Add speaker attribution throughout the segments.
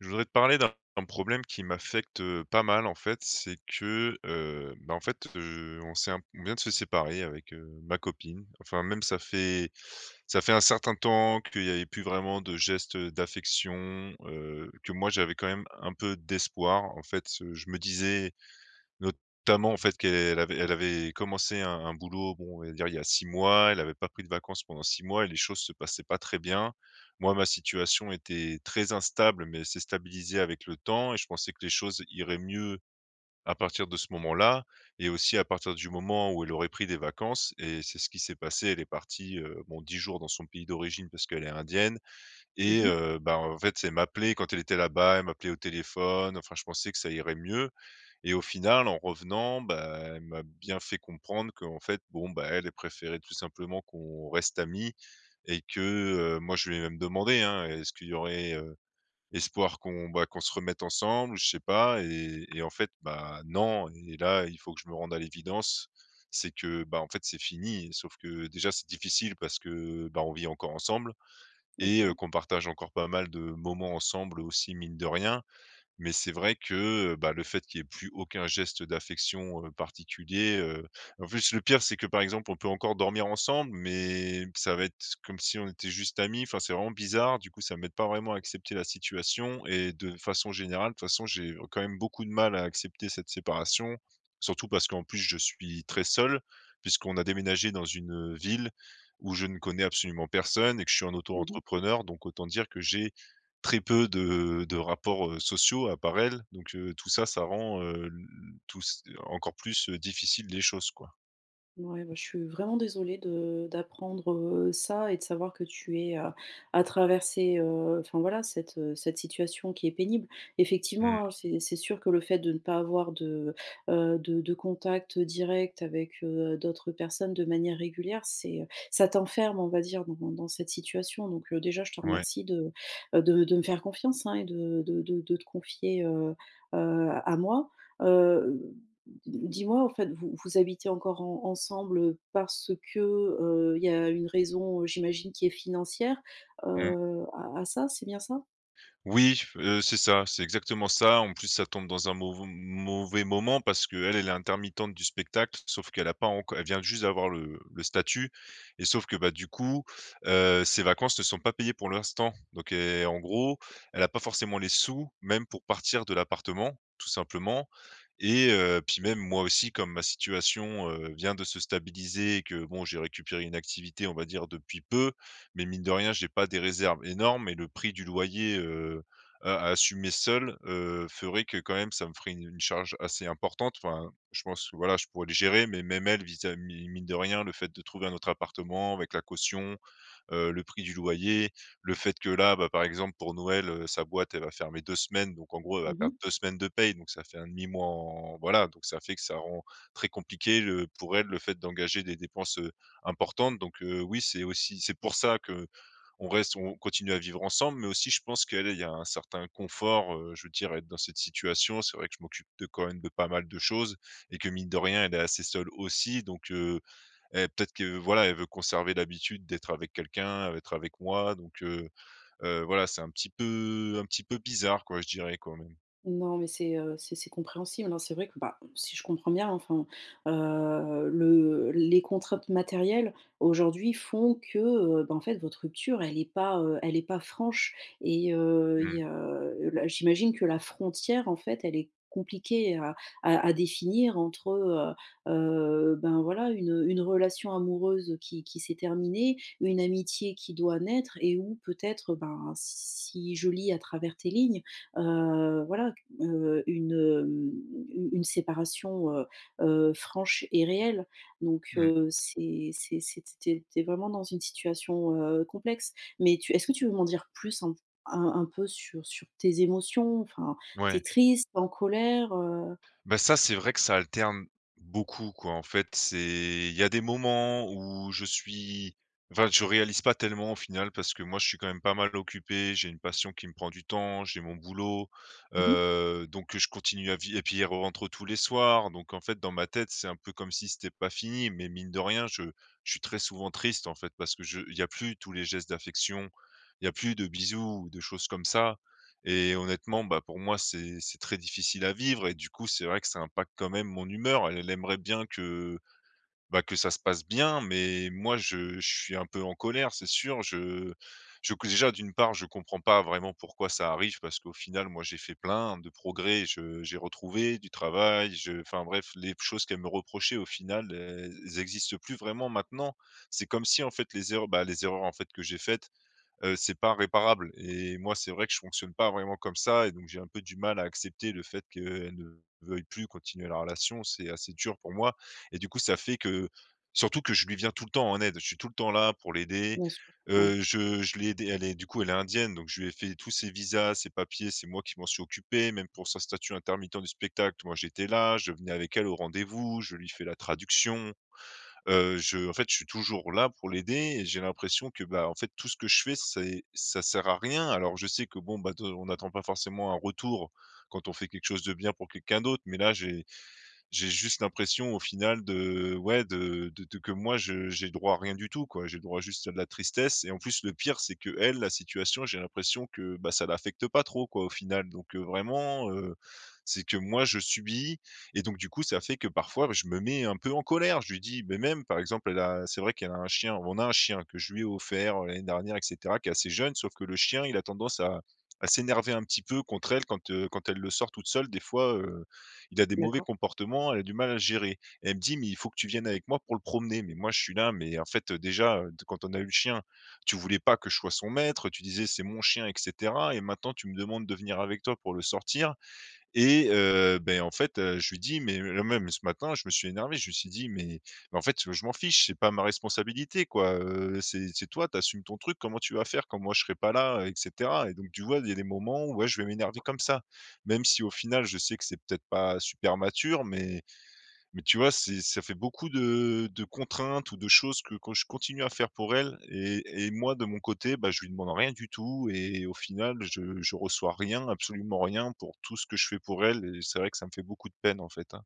Speaker 1: Je voudrais te parler d'un problème qui m'affecte, pas mal en fait. C'est que, bah, en fait, on s'est un on vient de se séparer avec, ma copine. Enfin même ça fait un certain temps qu'il n'y avait plus vraiment de gestes, d'affection, que moi j'avais quand même un peu d'espoir. En fait, je me disais notamment, en fait, qu'elle avait commencé un boulot, bon, on va dire il y a 6 mois, elle n'avait pas pris de vacances pendant 6 mois et les choses se passaient pas très bien. Moi, ma situation était très instable, mais s'est stabilisée avec le temps et je pensais que les choses iraient mieux à partir de ce moment-là et aussi à partir du moment où elle aurait pris des vacances et c'est ce qui s'est passé. Elle est partie, bon 10 jours dans son pays d'origine parce qu'elle est indienne et
Speaker 2: Mmh.
Speaker 1: bah, en fait, elle m'appelait quand elle était là-bas, elle m'appelait au téléphone, enfin je pensais que ça irait mieux. Et au final, en revenant, bah, elle m'a bien fait comprendre qu'en fait, bon, bah, elle, elle préférait tout simplement qu'on reste amis et que, moi, je lui ai même demandé, hein: «Est-ce qu'il y aurait, espoir qu'on, bah, qu'on se remette ensemble?» Je sais pas. Et en fait, bah, non. Et là, il faut que je me rende à l'évidence, c'est que, bah, en fait, c'est fini. Sauf que déjà, c'est difficile parce que, bah, on vit encore ensemble et
Speaker 2: OK.
Speaker 1: qu'on partage encore pas mal de moments ensemble aussi, mine de rien. Mais c'est vrai que, bah, le fait qu'il n'y ait plus aucun geste d'affection, particulier, en plus le pire c'est que, par exemple, on peut encore dormir ensemble, mais ça va être comme si on était juste amis. Enfin, c'est vraiment bizarre. Du coup, ça m'aide pas vraiment à accepter la situation et de façon générale, de toute façon, j'ai quand même beaucoup de mal à accepter cette séparation. Surtout parce qu'en plus je suis très seul, puisqu'on a déménagé dans une ville où je ne connais absolument personne et que je suis en
Speaker 2: Mmh.
Speaker 1: auto-entrepreneur. Donc autant dire que j'ai très peu de rapports, sociaux à part elle, donc tout ça, ça rend, l tout c encore plus, difficile les choses, quoi.
Speaker 2: Ouais, bah, je suis vraiment désolée de d'apprendre, ça et de savoir que tu es à traverser, enfin voilà, cette situation qui est pénible.
Speaker 1: Mmh,
Speaker 2: Effectivement, hein, c'est sûr que le fait de ne pas avoir de contact direct avec d'autres personnes de manière régulière, ça t'enferme, on va dire, dans cette situation. Donc, déjà, je te
Speaker 1: ouais.
Speaker 2: remercie de me faire confiance, hein, et de te confier, à moi. Heu Dis-moi, en fait, vous habitez encore en ensemble, parce que, il y a une raison, j'imagine, qui est financière,
Speaker 1: Mmh.
Speaker 2: à ça, c'est bien ça?
Speaker 1: Oui, c'est ça, c'est exactement ça. En plus, ça tombe dans un mauvais moment parce que elle est intermittente du spectacle, sauf qu'elle a pas encore, elle vient juste d'avoir le statut et sauf que, bah, du coup, ses vacances ne sont pas payées pour l'instant. Donc et en gros, elle n'a pas forcément les sous, même pour partir de l'appartement, tout simplement. Et puis même moi aussi, comme ma situation, vient de se stabiliser et que bon, j'ai récupéré une activité, on va dire, depuis peu, mais mine de rien, j'ai pas des réserves énormes et le prix du loyer, à assumer seul, ferait que quand même ça me ferait une charge assez importante. Enfin, je pense que voilà, je pourrais le gérer, mais même elle, vis à mi mine de rien, le fait de trouver un autre appartement avec la caution, le prix du loyer, le fait que là, bah, par exemple, pour Noël, sa boîte, elle va fermer 2 semaines, donc en gros, elle va perdre
Speaker 2: Mmh.
Speaker 1: 2 semaines de paye, donc ça fait un demi mois en voilà, donc ça fait que ça rend très compliqué le pour elle, le fait d'engager des dépenses, importantes, donc oui, c'est pour ça que on continue à vivre ensemble, mais aussi je pense qu'elle, il y a un certain confort, je veux dire, être dans cette situation. C'est vrai que je m'occupe de quand même de pas mal de choses et que mine de rien, elle est assez seule aussi, donc et peut-être que voilà, elle veut conserver l'habitude d'être avec quelqu'un, d'être avec moi, donc voilà, c'est un petit peu bizarre quoi, je dirais quand même.
Speaker 2: Non, mais c'est compréhensible, hein. C'est vrai que, bah, si je comprends bien, enfin, le les contraintes matérielles aujourd'hui font que, bah, en fait votre rupture elle est pas franche et il
Speaker 1: Mmh.
Speaker 2: y a la j'imagine que la frontière, en fait, elle est compliquée à définir entre, ben, voilà une relation amoureuse qui s'est terminée, une amitié qui doit naître, et où peut-être, ben, si je lis à travers tes lignes, voilà une, hem, u une séparation, franche et réelle. Donc
Speaker 1: Mmh.
Speaker 2: c'est tu tu vraiment dans une situation, complexe. Mais tu est-ce que tu veux m'en dire plus un peu sur tes émotions? Enfin, t'es
Speaker 1: Ouais.
Speaker 2: triste, tu en colère?
Speaker 1: Bah, ça, c'est vrai que ça alterne beaucoup, quoi. En fait, c'est il y a des moments où je suis enfin, je réalise pas tellement au final parce que moi, je suis quand même pas mal occupé, j'ai une passion qui me prend du temps, j'ai mon boulot,
Speaker 2: Mmh.
Speaker 1: donc je continue à vivre. Et puis, il rentre tous les soirs, donc en fait, dans ma tête, c'est un peu comme si c'était pas fini, mais mine de rien, je suis très souvent triste, en fait, parce que je il y a plus tous les gestes d'affection, il y a plus de bisous ou de choses comme ça. Et honnêtement, bah, pour moi, c'est très difficile à vivre et du coup, c'est vrai que ça impacte quand même mon humeur. Elle elle aimerait bien que, bah, que ça se passe bien, mais moi, je suis un peu en colère, c'est sûr. Je déjà, d'une part, je comprends pas vraiment pourquoi ça arrive parce qu'au final, moi, j'ai fait plein de progrès. Je J'ai retrouvé du travail, je enfin bref, les choses qu'elle me reprochait au final, elles n'existent plus vraiment maintenant. C'est comme si, en fait, les erreurs, en fait, que j'ai faites c'est pas réparable et moi, c'est vrai que je fonctionne pas vraiment comme ça et donc j'ai un peu du mal à accepter le fait qu'elle ne veuille plus continuer la relation. C'est assez dur pour moi et du coup, ça fait que surtout que je lui viens tout le temps en aide. Je suis tout le temps là pour l'aider.
Speaker 2: Bien sûr, oui,
Speaker 1: Je l'ai aidée, elle est du coup, elle est indienne, donc je lui ai fait tous ses visas, ses papiers, c'est moi qui m'en suis occupé. Même pour son statut intermittent du spectacle, moi, j'étais là, je venais avec elle au rendez-vous, je lui fais la traduction. Je En fait, je suis toujours là pour l'aider et j'ai l'impression que, bah, en fait, tout ce que je fais, c'est ça sert à rien. Alors je sais que bon, bah, de on n'attend pas forcément un retour quand on fait quelque chose de bien pour quelqu'un d'autre, mais là, j'ai juste l'impression au final de ouais, de que moi je j'ai droit à rien du tout quoi. J'ai droit juste à de la tristesse et en plus le pire c'est que elle la situation, j'ai l'impression que, bah, ça l'affecte pas trop quoi au final. Donc vraiment, c'est que moi je subis. Et donc du coup ça fait que parfois je me mets un peu en colère. Je lui dis mais même par exemple elle a c'est vrai qu'elle a un chien, on a un chien que je lui ai offert, l'année dernière et cetera, qui est assez jeune sauf que le chien il a tendance à s'énerver un petit peu contre elle quand, quand elle le sort toute seule des fois, il a des mauvais
Speaker 2: d'accord.
Speaker 1: comportements, elle a du mal à le gérer. Et elle me dit: «Mais il faut que tu viennes avec moi pour le promener». Mais moi, je suis là, mais en fait, déjà, quand on a eu le chien, tu voulais pas que je sois son maître, tu disais: «C'est mon chien» et cetera et maintenant tu me demandes de venir avec toi pour le sortir. Et beh, en fait, je lui dis mais là même ce matin, je me suis énervé, je me suis dit: «Mais en fait, je m'en fiche, c'est pas ma responsabilité quoi, c'est toi, t'assumes ton truc, comment tu vas faire quand moi je serai pas là?» Et cetera et donc tu vois, il y a des moments où ouais, je vais m'énerver comme ça. Même si au final, je sais que c'est peut-être pas super mature, mais tu vois, c'est ça fait beaucoup de contraintes ou de choses que je continue à faire pour elle et moi de mon côté, bah, je lui demande rien du tout et au final je reçois rien, absolument rien pour tout ce que je fais pour elle et c'est vrai que ça me fait beaucoup de peine en fait, hein.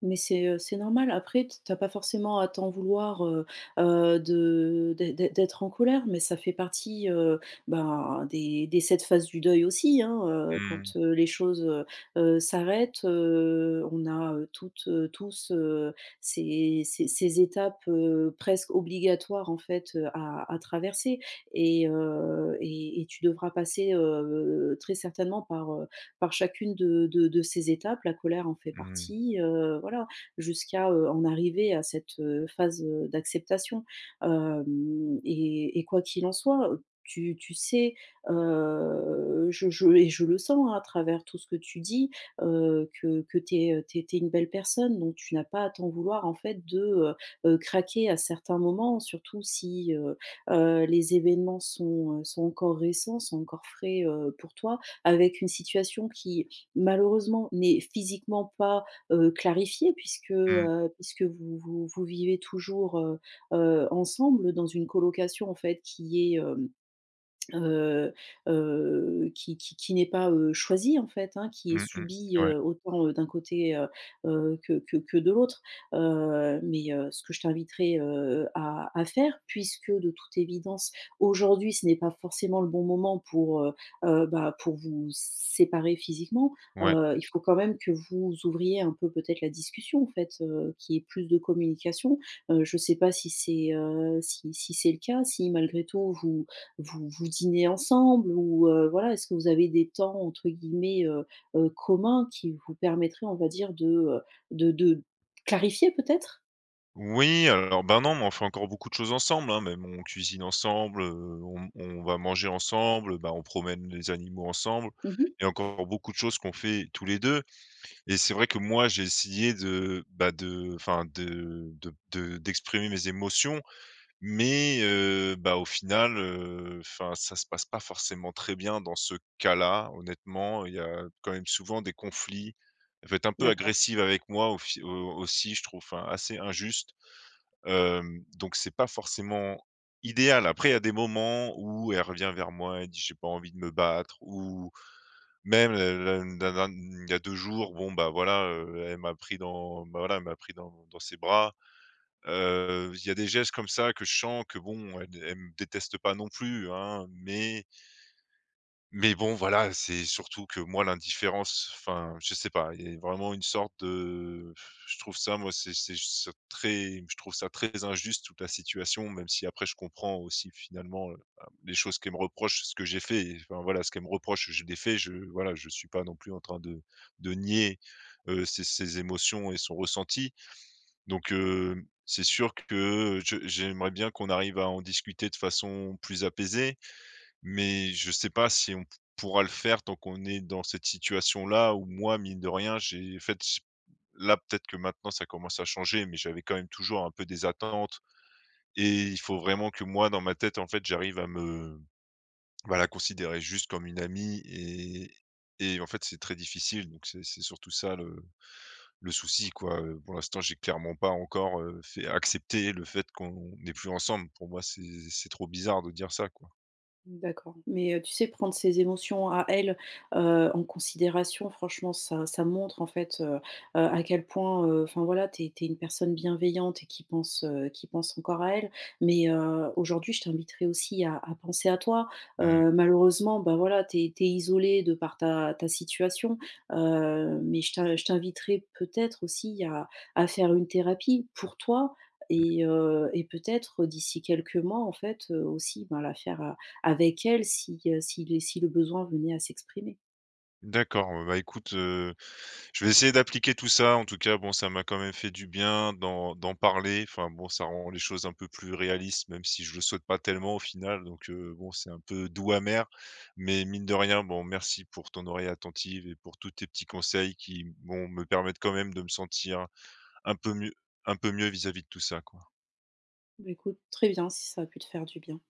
Speaker 2: Mais c'est normal. Après, t tu pas forcément à t'en vouloir, de d'ê d'ê d'être en colère, mais ça fait partie, ben, des 7 phases du deuil aussi, hein,
Speaker 1: Mmh,
Speaker 2: quand, les choses, s'arrêtent, on a, toutes, tous, ces étapes, presque obligatoires, en fait, à traverser, et tu devras passer, très certainement par chacune de ces étapes. La colère en fait
Speaker 1: mmh,
Speaker 2: partie, voilà, jusqu'à, en arriver à cette, phase, d'acceptation. Hem et quoi qu'il en soit, tu sais, je le sens, hein, à travers tout ce que tu dis, que tu es une belle personne, donc tu n'as pas à t'en vouloir en fait de, heu craquer à certains moments, surtout si, les événements sont encore récents, sont encore frais, pour toi, avec une situation qui malheureusement n'est physiquement pas, clarifiée, puisque,
Speaker 1: mmh,
Speaker 2: heu, puisque vous vivez toujours, ensemble dans une colocation en fait qui est, hem, Heu qui n'est pas, choisie en fait, hein, qui est
Speaker 1: mmh mh.
Speaker 2: subi
Speaker 1: Ouais,
Speaker 2: autant, d'un côté, que de l'autre. Mais ce que je t'inviterai, à faire, puisque de toute évidence, aujourd'hui, ce n'est pas forcément le bon moment bah, pour vous séparer physiquement.
Speaker 1: ouais.
Speaker 2: Il faut quand même que vous ouvriez un peu peut-être la discussion, en fait, qu'il y ait plus de communication. Je ne sais pas si c'est le cas, si malgré tout vous dînez ensemble ou voilà, est-ce que vous avez des temps entre guillemets, communs qui vous permettraient, on va dire, de clarifier peut-être?
Speaker 1: Oui, alors, ben, non, mais on fait encore beaucoup de choses ensemble, hein, même on cuisine ensemble, on va manger ensemble, bah, on promène les animaux ensemble
Speaker 2: Mmh.
Speaker 1: et encore beaucoup de choses qu'on fait tous les 2. Et c'est vrai que moi, j'ai essayé de, bah, de enfin, de d'exprimer mes émotions, mais bah, au final, enfin, ça se passe pas forcément très bien dans ce cas-là, honnêtement. Il y a quand même souvent des conflits. Elle peut être un peu
Speaker 2: D'accord.
Speaker 1: agressive avec moi au fi au aussi, je trouve, enfin, assez injuste. Donc c'est pas forcément idéal. Après, il y a des moments où elle revient vers moi, et dit: «J'ai pas envie de me battre» ou même le la la la il y a 2 jours, bon, bah, voilà, elle m'a pris dans bah, voilà, elle m'a pris dans ses bras. Il y a des gestes comme ça que je sens que bon, elle elle me déteste pas non plus, hein, mais bon, voilà, c'est surtout que moi l'indifférence, enfin, je sais pas, il y a vraiment une sorte de je trouve ça moi c'est très je trouve ça très injuste toute la situation, même si après je comprends aussi finalement, bah, les choses qu'elle me reproche, ce que j'ai fait et enfin voilà, ce qu'elle me reproche, je l'ai fait, je voilà, je suis pas non plus en train de nier, ses émotions et son ressenti. Donc c'est sûr que je j'aimerais bien qu'on arrive à en discuter de façon plus apaisée. Mais je sais pas si on pourra le faire tant qu'on est dans cette situation-là où moi, mine de rien, j'ai en fait, j là, peut-être que maintenant ça commence à changer, mais j'avais quand même toujours un peu des attentes et il faut vraiment que moi, dans ma tête, en fait, j'arrive à la considérer juste comme une amie et en fait, c'est très difficile donc c'est surtout ça le souci, quoi, pour l'instant, j'ai clairement pas encore, fait accepter le fait qu'on n'est plus ensemble. Pour moi, c'est trop bizarre de dire ça, quoi.
Speaker 2: D'accord, mais tu sais, prendre ses émotions à elle, en considération, franchement, ça montre, en fait, à quel point, enfin, voilà, t'es une personne bienveillante et qui pense encore à elle. Mais aujourd'hui, je t'inviterai aussi à penser à toi.
Speaker 1: Mmh.
Speaker 2: Malheureusement, bah, voilà, t'es t'es tu isolée de par ta situation, mais je t'inviterai peut-être aussi à faire une thérapie pour toi, et peut-être d'ici quelques mois, en fait, aussi, ben, la faire avec elle si le besoin venait à s'exprimer.
Speaker 1: D'accord, bah, écoute, je vais essayer d'appliquer tout ça. En tout cas, bon, ça m'a quand même fait du bien d'en parler. Enfin, bon, ça rend les choses un peu plus réalistes, même si je le souhaite pas tellement au final. Donc, bon, c'est un peu doux amer. Mais mine de rien, bon, merci pour ton oreille attentive et pour tous tes petits conseils qui, bon, me permettent quand même de me sentir un peu mieux un peu mieux vis-à-vis de tout ça, quoi.
Speaker 2: Bah, écoute, très bien si ça a pu te faire du bien.